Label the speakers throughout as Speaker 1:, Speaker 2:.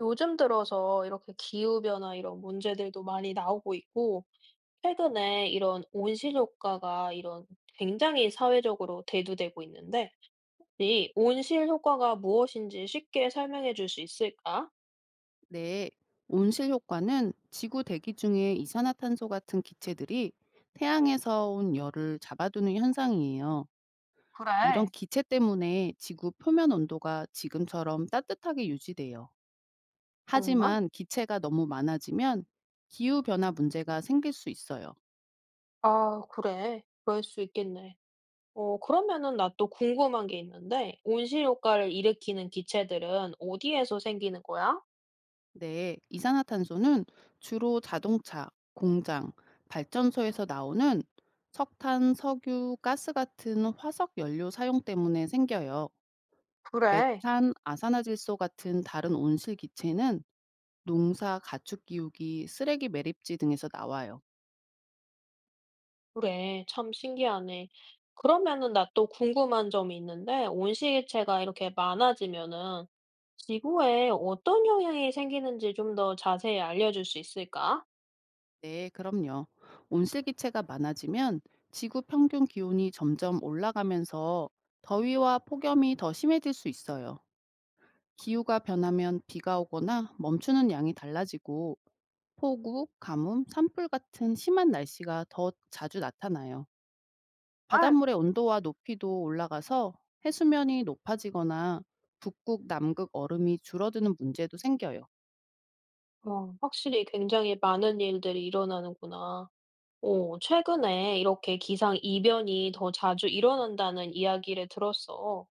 Speaker 1: 요즘 들어서 이렇게 기후변화 이런 문제들도 많이 나오고 있고, 최근에 이런 온실효과가 이런 굉장히 사회적으로 대두되고 있는데, 이 온실효과가 무엇인지 쉽게 설명해 줄 수 있을까?
Speaker 2: 네, 온실 효과는 지구 대기 중에 이산화탄소 같은 기체들이 태양에서 온 열을 잡아두는 현상이에요. 이런
Speaker 1: 그래.
Speaker 2: 기체 때문에 지구 표면 온도가 지금처럼 따뜻하게 유지돼요.
Speaker 1: 정말?
Speaker 2: 하지만 기체가 너무 많아지면 기후 변화 문제가 생길 수 있어요.
Speaker 1: 아, 그래. 그럴 수 있겠네. 그러면은 나 또 궁금한 게 있는데, 온실효과를 일으키는 기체들은 어디에서 생기는 거야?
Speaker 2: 네, 이산화탄소는 주로 자동차, 공장, 발전소에서 나오는 석탄, 석유, 가스 같은 화석 연료 사용 때문에 생겨요.
Speaker 1: 그래.
Speaker 2: 메탄, 아산화질소 같은 다른 온실 기체는 농사, 가축 기우기, 쓰레기 매립지 등에서 나와요.
Speaker 1: 그래, 참 신기하네. 그러면은 나 또 궁금한 점이 있는데, 온실체가 이렇게 많아지면은 지구에 어떤 영향이 생기는지 좀 더 자세히 알려줄 수 있을까?
Speaker 2: 네, 그럼요. 온실 기체가 많아지면 지구 평균 기온이 점점 올라가면서 더위와 폭염이 더 심해질 수 있어요. 기후가 변하면 비가 오거나 멈추는 양이 달라지고 폭우, 가뭄, 산불 같은 심한 날씨가 더 자주 나타나요.
Speaker 1: 아,
Speaker 2: 바닷물의 온도와 높이도 올라가서 해수면이 높아지거나 북극, 남극 얼음이 줄어드는 문제도 생겨요.
Speaker 1: 확실히 굉장히 많은 일들이 일어나는구나. 오, 최근에 이렇게 기상 이변이 더 자주 일어난다는 이야기를 들었어.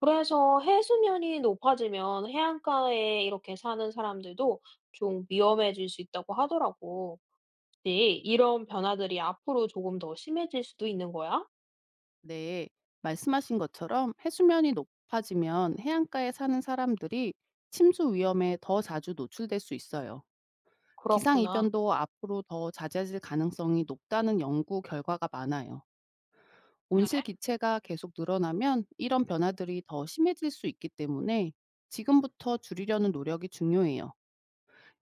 Speaker 1: 그래서 해수면이 높아지면 해안가에 이렇게 사는 사람들도 좀 위험해질 수 있다고 하더라고. 혹시 이런 변화들이 앞으로 조금 더 심해질 수도 있는 거야?
Speaker 2: 네, 말씀하신 것처럼 해수면이 높아지면 해안가에 사는 사람들이 침수 위험에 더 자주 노출될 수 있어요.
Speaker 1: 그렇구나.
Speaker 2: 기상이변도 앞으로 더 잦아질 가능성이 높다는 연구 결과가 많아요. 온실
Speaker 1: 그래?
Speaker 2: 기체가 계속 늘어나면 이런 변화들이 더 심해질 수 있기 때문에 지금부터 줄이려는 노력이 중요해요.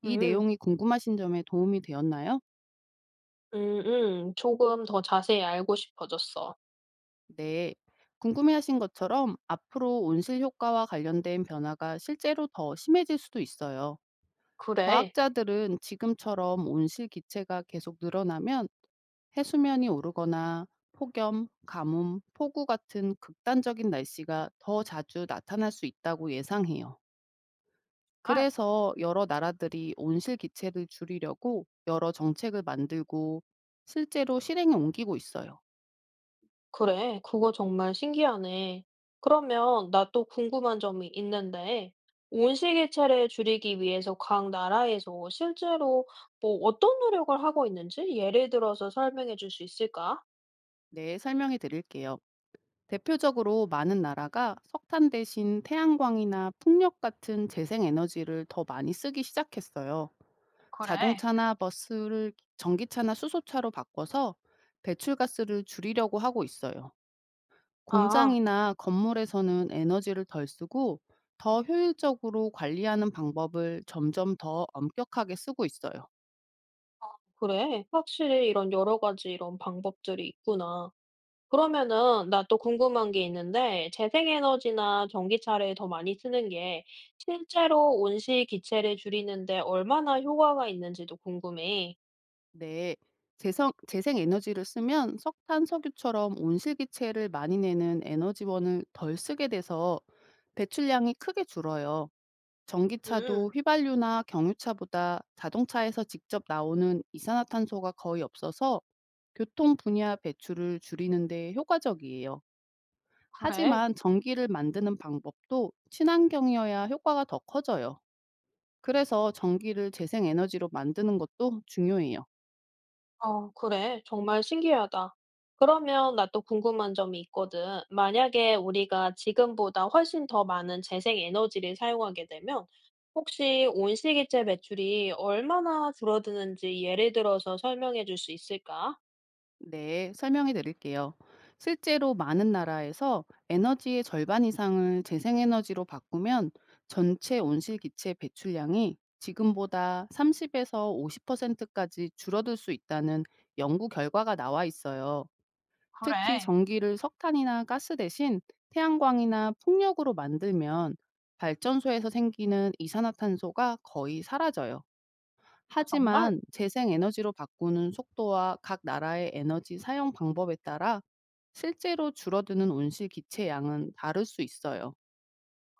Speaker 2: 이
Speaker 1: 음.
Speaker 2: 내용이 궁금하신 점에 도움이 되었나요?
Speaker 1: 음음. 조금 더 자세히 알고 싶어졌어.
Speaker 2: 네. 궁금해하신 것처럼 앞으로 온실 효과와 관련된 변화가 실제로 더 심해질 수도 있어요.
Speaker 1: 그래.
Speaker 2: 과학자들은 지금처럼 온실 기체가 계속 늘어나면 해수면이 오르거나 폭염, 가뭄, 폭우 같은 극단적인 날씨가 더 자주 나타날 수 있다고 예상해요.
Speaker 1: 정말?
Speaker 2: 그래서 여러 나라들이 온실 기체를 줄이려고 여러 정책을 만들고 실제로 실행에 옮기고 있어요.
Speaker 1: 그래. 그거 정말 신기하네. 그러면 나 또 궁금한 점이 있는데 온실개체를 줄이기 위해서 각 나라에서 실제로 어떤 노력을 하고 있는지 예를 들어서 설명해 줄 수 있을까?
Speaker 2: 네, 설명해 드릴게요. 대표적으로 많은 나라가 석탄 대신 태양광이나 풍력 같은 재생 에너지를 더 많이 쓰기 시작했어요.
Speaker 1: 그래.
Speaker 2: 자동차나 버스를 전기차나 수소차로 바꿔서 배출가스를 줄이려고 하고 있어요.
Speaker 1: 아.
Speaker 2: 공장이나 건물에서는 에너지를 덜 쓰고 더 효율적으로 관리하는 방법을 점점 더 엄격하게 쓰고 있어요.
Speaker 1: 그래? 확실히 이런 여러 가지 이런 방법들이 있구나. 그러면은 나 또 궁금한 게 있는데 재생에너지나 전기차를 더 많이 쓰는 게 실제로 온실 기체를 줄이는데 얼마나 효과가 있는지도 궁금해.
Speaker 2: 네. 재생에너지를 쓰면 석탄, 석유처럼 온실기체를 많이 내는 에너지원을 덜 쓰게 돼서 배출량이 크게 줄어요.
Speaker 1: 음,
Speaker 2: 전기차도 휘발유나 경유차보다 자동차에서 직접 나오는 이산화탄소가 거의 없어서 교통 분야 배출을 줄이는 데 효과적이에요.
Speaker 1: 그래.
Speaker 2: 하지만 전기를 만드는 방법도 친환경이어야 효과가 더 커져요. 그래서 전기를 재생에너지로 만드는 것도 중요해요.
Speaker 1: 그래. 정말 신기하다. 그러면 나 또 궁금한 점이 있거든. 만약에 우리가 지금보다 훨씬 더 많은 재생에너지를 사용하게 되면 혹시 온실기체 배출이 얼마나 줄어드는지 예를 들어서 설명해 줄 수 있을까?
Speaker 2: 네, 설명해 드릴게요. 실제로 많은 나라에서 에너지의 절반 이상을 재생에너지로 바꾸면 전체 온실기체 배출량이 지금보다 30에서 50%까지 줄어들 수 있다는 연구 결과가 나와 있어요. 특히
Speaker 1: 그래.
Speaker 2: 전기를 석탄이나 가스 대신 태양광이나 풍력으로 만들면 발전소에서 생기는 이산화탄소가 거의 사라져요.
Speaker 1: 아, 정말?
Speaker 2: 하지만 재생 에너지로 바꾸는 속도와 각 나라의 에너지 사용 방법에 따라 실제로 줄어드는 온실 기체 양은 다를 수 있어요.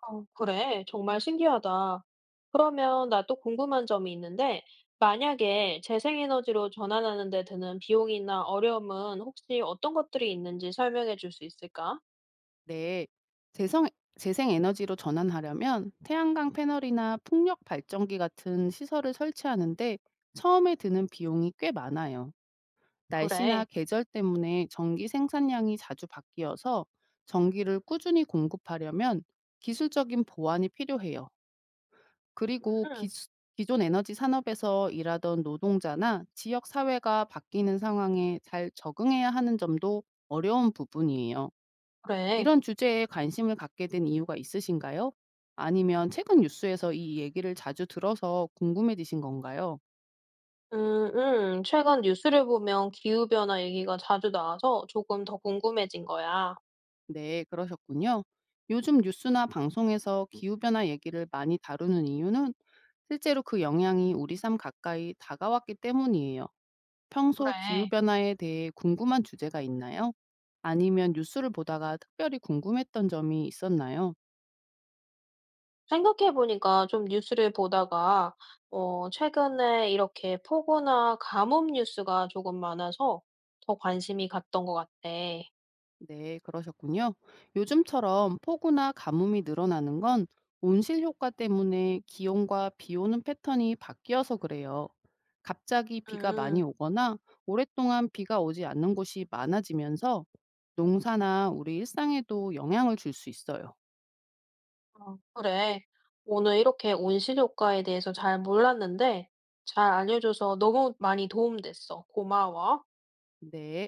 Speaker 1: 그래. 정말 신기하다. 그러면 나 또 궁금한 점이 있는데, 만약에 재생에너지로 전환하는 데 드는 비용이나 어려움은 혹시 어떤 것들이 있는지 설명해 줄 수 있을까?
Speaker 2: 네. 재성, 재생 에너지로 전환하려면 태양광 패널이나 풍력 발전기 같은 시설을 설치하는데 처음에 드는 비용이 꽤 많아요. 날씨나
Speaker 1: 그래.
Speaker 2: 계절 때문에 전기 생산량이 자주 바뀌어서 전기를 꾸준히 공급하려면 기술적인 보완이 필요해요. 그리고 기
Speaker 1: 음,
Speaker 2: 기존 에너지 산업에서 일하던 노동자나 지역 사회가 바뀌는 상황에 잘 적응해야 하는 점도 어려운 부분이에요.
Speaker 1: 그래.
Speaker 2: 이런 주제에 관심을 갖게 된 이유가 있으신가요? 아니면 최근 뉴스에서 이 얘기를 자주 들어서 궁금해지신 건가요?
Speaker 1: 음, 최근 뉴스를 보면 기후변화 얘기가 자주 나와서 조금 더 궁금해진 거야.
Speaker 2: 네, 그러셨군요. 요즘 뉴스나 방송에서 기후변화 얘기를 많이 다루는 이유는 실제로 그 영향이 우리 삶 가까이 다가왔기 때문이에요. 평소
Speaker 1: 그래.
Speaker 2: 기후변화에 대해 궁금한 주제가 있나요? 아니면 뉴스를 보다가 특별히 궁금했던 점이 있었나요?
Speaker 1: 생각해 보니까 좀 뉴스를 보다가 최근에 이렇게 폭우나 가뭄 뉴스가 조금 많아서 더 관심이 갔던 것 같아.
Speaker 2: 네, 그러셨군요. 요즘처럼 폭우나 가뭄이 늘어나는 건 온실 효과 때문에 기온과 비 오는 패턴이 바뀌어서 그래요. 갑자기 비가 많이
Speaker 1: 음,
Speaker 2: 오거나 오랫동안 비가 오지 않는 곳이 많아지면서 농사나 우리 일상에도 영향을 줄 수 있어요.
Speaker 1: 그래. 오늘 이렇게 온실 효과에 대해서 잘 몰랐는데 잘 알려줘서 너무 많이 도움됐어. 고마워.
Speaker 2: 네.